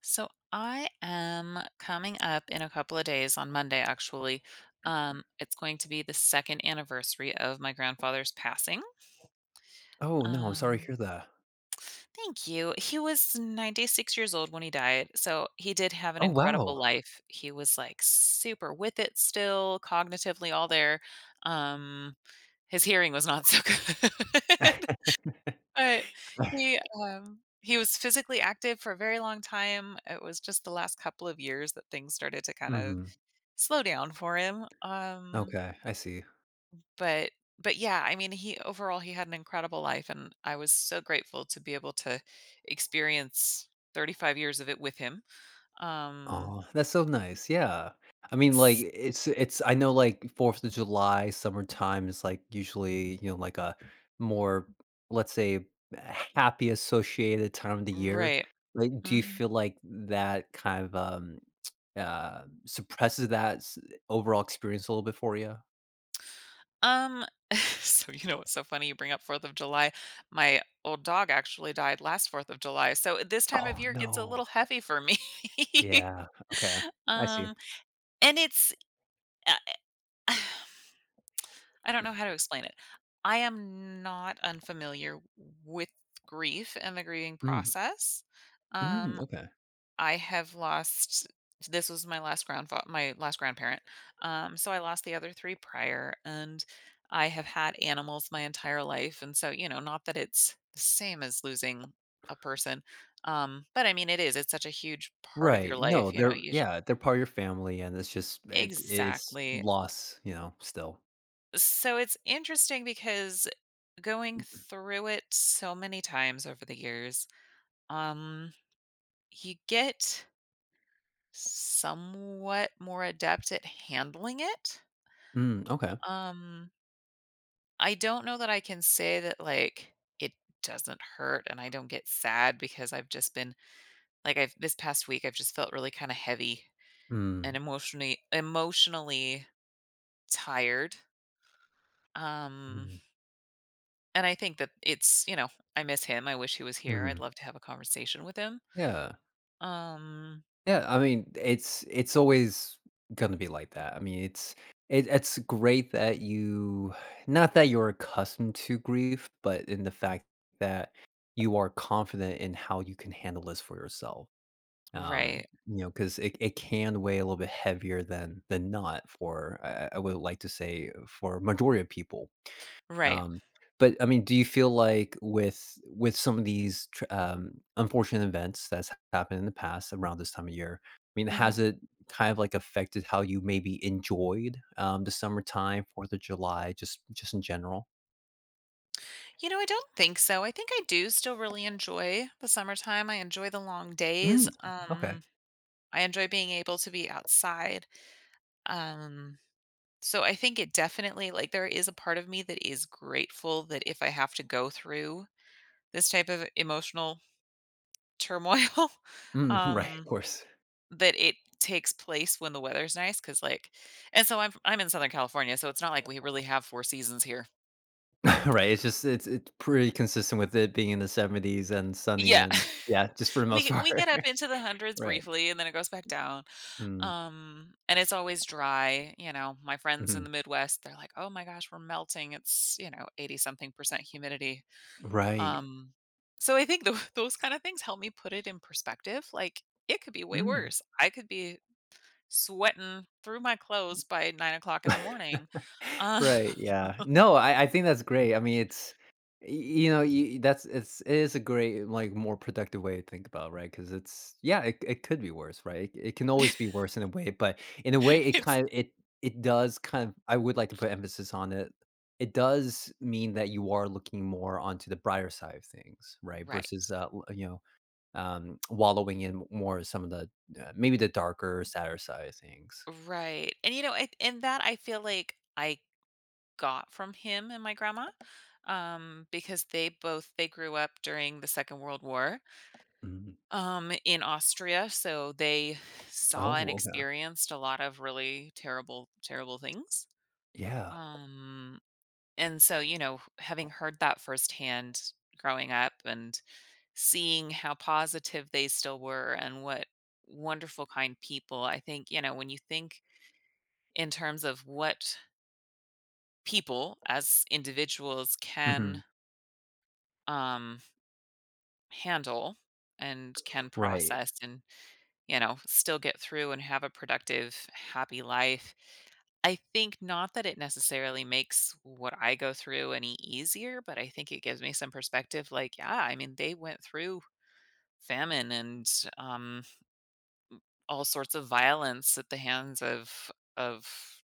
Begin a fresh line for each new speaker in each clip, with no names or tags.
So I am coming up in a couple of days on Monday, actually. It's going to be the second anniversary of my grandfather's passing.
Oh, no, I'm sorry to
Um,
hear that.
Thank you. He was 96 years old when he died. So he did have an
Oh,
incredible
wow.
life. He was like super with it still, cognitively all there. Um, his hearing was not so good. But he he was physically active for a very long time. It was just the last couple of years that things started to kind of
Mhm.
slow down for him.
Okay, I see.
But but yeah, I mean, he overall he had an incredible life, and I was so grateful to be able to experience 35 years of it with him. Um,
Oh, that's so nice, yeah. I mean, like,
s-
it's I know, like, 4th of July, summertime is, like, usually, like, a more, let's say, happy associated time of the year.
right.
Like, do you
Mm-hmm.
feel like that kind of, suppresses that s overall experience a little bit for you?
Um, so you know what's so funny? You bring up Fourth of July. My old dog actually died last Fourth of July, so this time of
Oh,
year gets a little
no.
heavy for me.
Yeah, okay. I see.
um, and it's uh, I don't know how to explain it. I am not unfamiliar with grief and the grieving
Mm.
process.
Mm,
Um,
okay.
I have lost This was my last grandfa my last grandparent. So I lost the other three prior, and I have had animals my entire life, and so, you know, not that it's the same as losing a person, but I mean, it is, it's such a huge part of your
Right, no,
life, you know,
they're
you sh
yeah, they're part of your family, and it's just it's
Exactly.
loss, still.
So it's interesting because going through it so many times over the years, um, you get somewhat more adept at handling it.
Mm, okay.
Um, I don't know that I can say that like it doesn't hurt and I don't get sad because I've just been like I've this past week I've just felt really kind of heavy and
Mm,
emotionally tired. Um
mhm,
and I think that it's, you know, I miss him. I wish he was here. I'd
mhm.
love to have a conversation with him.
Yeah.
Um
Yeah, I mean, it's always gonna be like that. I mean, it's great that you not that you're accustomed to grief, but in the fact that you are confident in how you can handle this for yourself. Um,
right.
because it can weigh a little bit heavier than not for I would like to say, for majority of people.
Right.
Um, but I mean, do you feel like with some of these tr unfortunate events that's happened in the past around this time of year, I mean,
Hmm.
has it kind of, like, affected how you maybe enjoyed, the summertime, 4th of July, just in general?
You know, I don't think so. I think I do still really enjoy the summertime. I enjoy the long days.
Mm, okay.
I enjoy being able to be outside. Um, so I think it definitely, like, there is a part of me that is grateful that if I have to go through this type of emotional turmoil,
Mm, right, of
um,
course.
that it takes place when the weather's nice, because like, and so I'm in Southern California, so it's not like we really have four seasons here.
Right, it's just it's pretty consistent with it being in the 70s and sunny
Yeah.
and, yeah, just for the most
We
part.
get up into the hundreds
Right.
briefly, and then it goes back down,
Mm,
and it's always dry. You know, my friends in
mhm.
the Midwest, they're like, "Oh my gosh, we're melting, it's," you know, 80 something percent humidity.
Right.
Um, so I think tho those kind of things help me put it in perspective. Like, it could be way
Mm.
worse. I could be sweating through my clothes by 9 o'clock in the morning. Uh,
Right, yeah. No, I think that's great. I mean, it's y you that's it is a great, like, more productive way to think about, right, because it's yeah, it could be worse, right? It can always be worse in a way, but in a way,
it's
it does kind of, I would like to put emphasis on it. It does mean that you are looking more onto the brighter side of things, right?
Right,
Versus, wallowing in more some of the, maybe the darker, sadder side of things.
right, and, you know, and that I feel like I got from him and my grandma, because they grew up during the Second World War,
Mhm.
in Austria, so they saw and
Oh, okay.
experienced a lot of really terrible, terrible things.
Yeah.
Um, and so, you know, having heard that firsthand growing up and seeing how positive they still were and what wonderful, kind people, I think, you know, when you think in terms of what people as individuals
Mhm.
can, um, handle and can
Right.
process, and you know, still get through and have a productive, happy life. I think not that it necessarily makes what I go through any easier, but I think it gives me some perspective. Like, yeah, I mean, they went through famine and, um, all sorts of violence at the hands of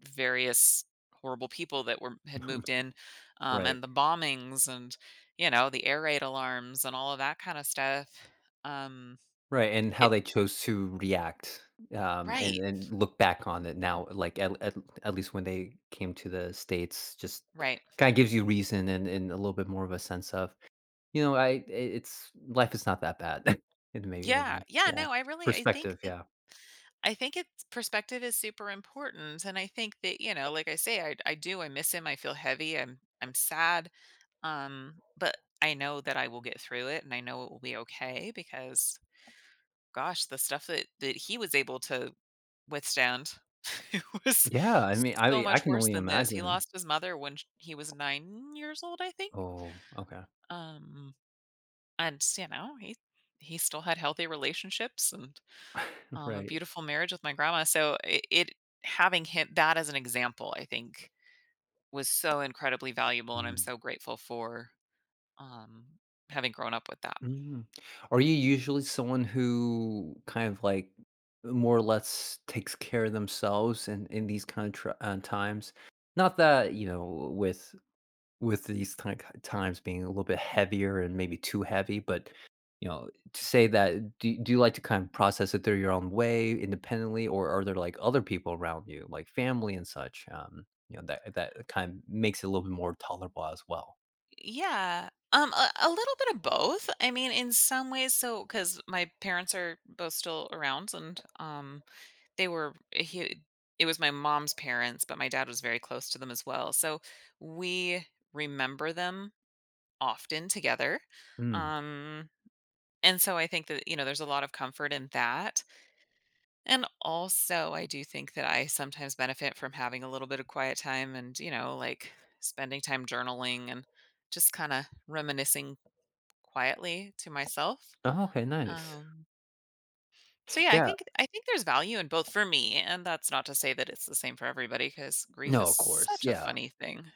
various horrible people that were had moved in,
Right.
and the bombings and you know the air raid alarms and all of that kind of stuff. Um,
Right, and how
it
they chose to react, and
Right,
and look back on it now, like, at least when they came to the States, just
right.
kinda gives you reason and a little bit more of a sense of, you know, I it's life is not that bad and maybe in a
Yeah.
way.
Yeah,
Yeah.
no, I think
Perspective,
that
yeah.
I think it's perspective is super important, and I think that, you know, like I say, I do, I miss him, I feel heavy, I'm sad, but I know that I will get through it, and I know it will be okay because, gosh, the stuff that he was able to withstand, it was
Yeah, I mean,
so
I
much
can
worse
only
than this. He
imagine.
lost his mother when sh he was nine years old, I think,
Oh, okay.
um, and, you know, he still had healthy relationships and, um, a
Right.
beautiful marriage with my grandma, so it having him that as an example, I think, was so incredibly valuable, and I'm
Mm.
so grateful for, um, having grown up with that.
Mm. Are you usually someone who kind of like more or less takes care of themselves in these kind of times? Not that, with these times being a little bit heavier and maybe too heavy, but, to say that, do you like to kind of process it through your own way independently, or are there like other people around you, like family and such, that kind of makes it a little bit more tolerable as well.
Yeah, a little bit of both. I mean, in some ways, so because my parents are both still around, and, they were he it was my mom's parents, but my dad was very close to them as well. So we remember them often together.
Mm.
Um, and so I think that, you know, there's a lot of comfort in that. And also, I do think that I sometimes benefit from having a little bit of quiet time and, you know, like spending time journaling and just kind of reminiscing quietly to myself.
Oh, okay, nice.
Um So yeah,
Yeah,
I think there's value in both for me, and that's not to say that it's the same for everybody because grief
no,
is
of course.
such a
Yeah.
funny thing.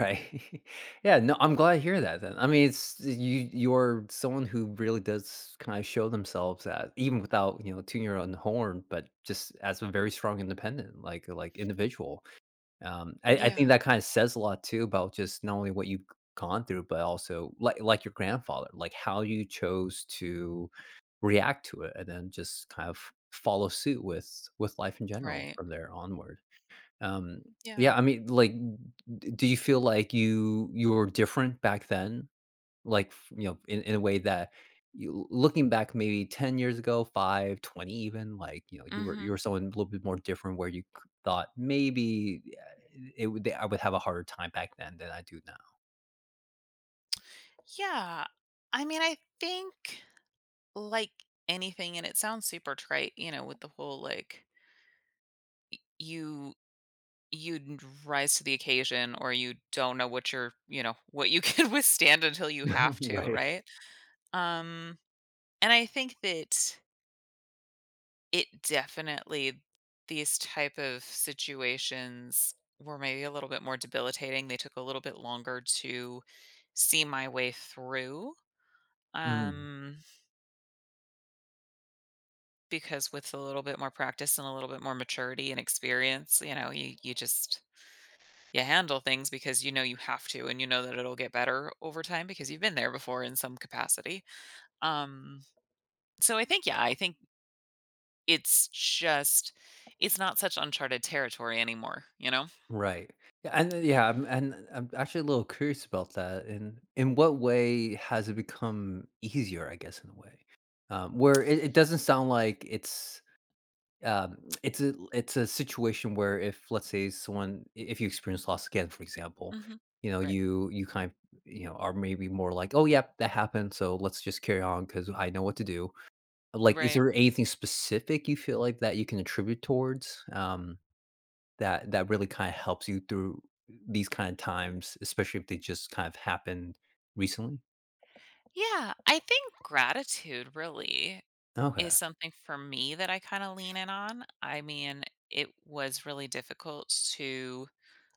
Right. Yeah, no, I'm glad to hear that then. I mean, it's you're someone who really does kind of show themselves as even without, tuning your own horn, but just as a very strong, independent, like individual. I think
Yeah,
that kind of says a lot too about just not only what you've gone through, but also like your grandfather, like how you chose to react to it and then just kind of follow suit with life in general
right.
from there onward. Um,
Yeah.
yeah, I mean, like, d do you feel like you were different back then? Like, in a way that you, looking back maybe 10 years ago, 5, 20, even, like, you were you
Hmm.
were someone a little bit more different where you c thought maybe, it would I would have a harder time back then than I do now.
Yeah. I mean, I think like anything, and it sounds super trite, you know, with the whole like you you rise to the occasion, or you don't know what you know what you can withstand until you have to,
Right.
right? Um, and I think that it definitely, these type of situations were maybe a little bit more debilitating. They took a little bit longer to see my way through,
Mm.
um, because with a little bit more practice and a little bit more maturity and experience, you know, you just you handle things because you know you have to, and you know that it'll get better over time because you've been there before in some capacity. Um, so I think yeah, I think it's just it's not such uncharted territory anymore, you know?
Right. Yeah, and then, yeah, I'm actually a little curious about that. And in what way has it become easier, I guess, in a way? Where it doesn't sound like it's a situation where, if let's say someone, if you experience loss again, for example,
Hmm. Right.
you kind of are maybe more like, oh yeah, that happened, so let's just carry on because I know what to do. Like, is
Right.
there anything specific you feel like that you can attribute towards, that really kinda helps you through these kind of times, especially if they just kind of happened recently?
Yeah. I think gratitude really is
Okay.
something for me that I kind of lean in on. I mean, it was really difficult to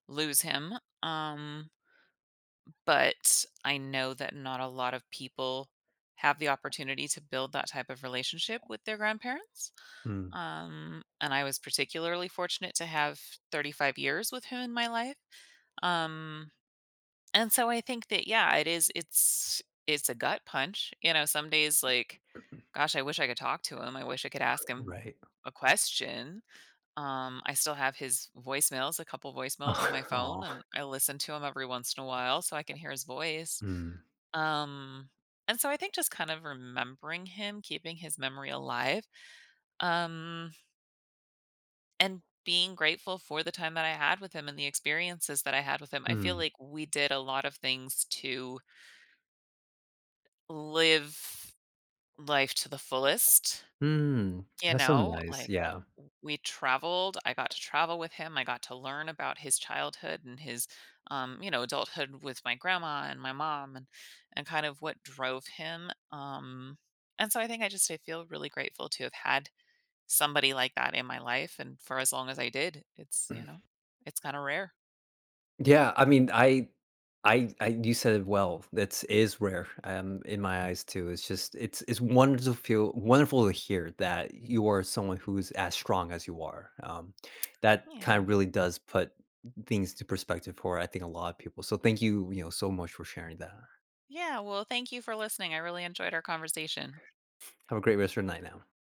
lose him. Um, but I know that not a lot of people have the opportunity to build that type of relationship with their grandparents.
Mm,
And I was particularly fortunate to have 35 years with him in my life. Um, And so I think that yeah, it is it's a gut punch. You know, some days like gosh, I wish I could talk to him. I wish I could ask him
right.
a question. I still have his voicemails, a couple voicemails on my phone,
Oh.
and I listen to him every once in a while so I can hear his voice.
Mm,
Um and so I think just kind of remembering him, keeping his memory alive, um, and being grateful for the time that I had with him and the experiences that I had with him. I feel
mm,
like we did a lot of things to live life to the fullest,
mm.
you
That's so
know,
nice,
like,
yeah.
w we traveled, I got to travel with him, I got to learn about his childhood and his, you know, adulthood with my grandma and my mom and kind of what drove him, and so I think I just I feel really grateful to have had somebody like that in my life, and for as long as I did, it's, you know, it's kinda rare.
Yeah, I mean, I you said it well. That's is rare, in my eyes too. It's just it's wonderful to hear that you are someone who's as strong as you are. That kind
Yeah.
of really does put things to perspective for, I think, a lot of people. So thank you, so much for sharing that.
Yeah, well, thank you for listening, I really enjoyed our conversation.
Have a great rest of your night now.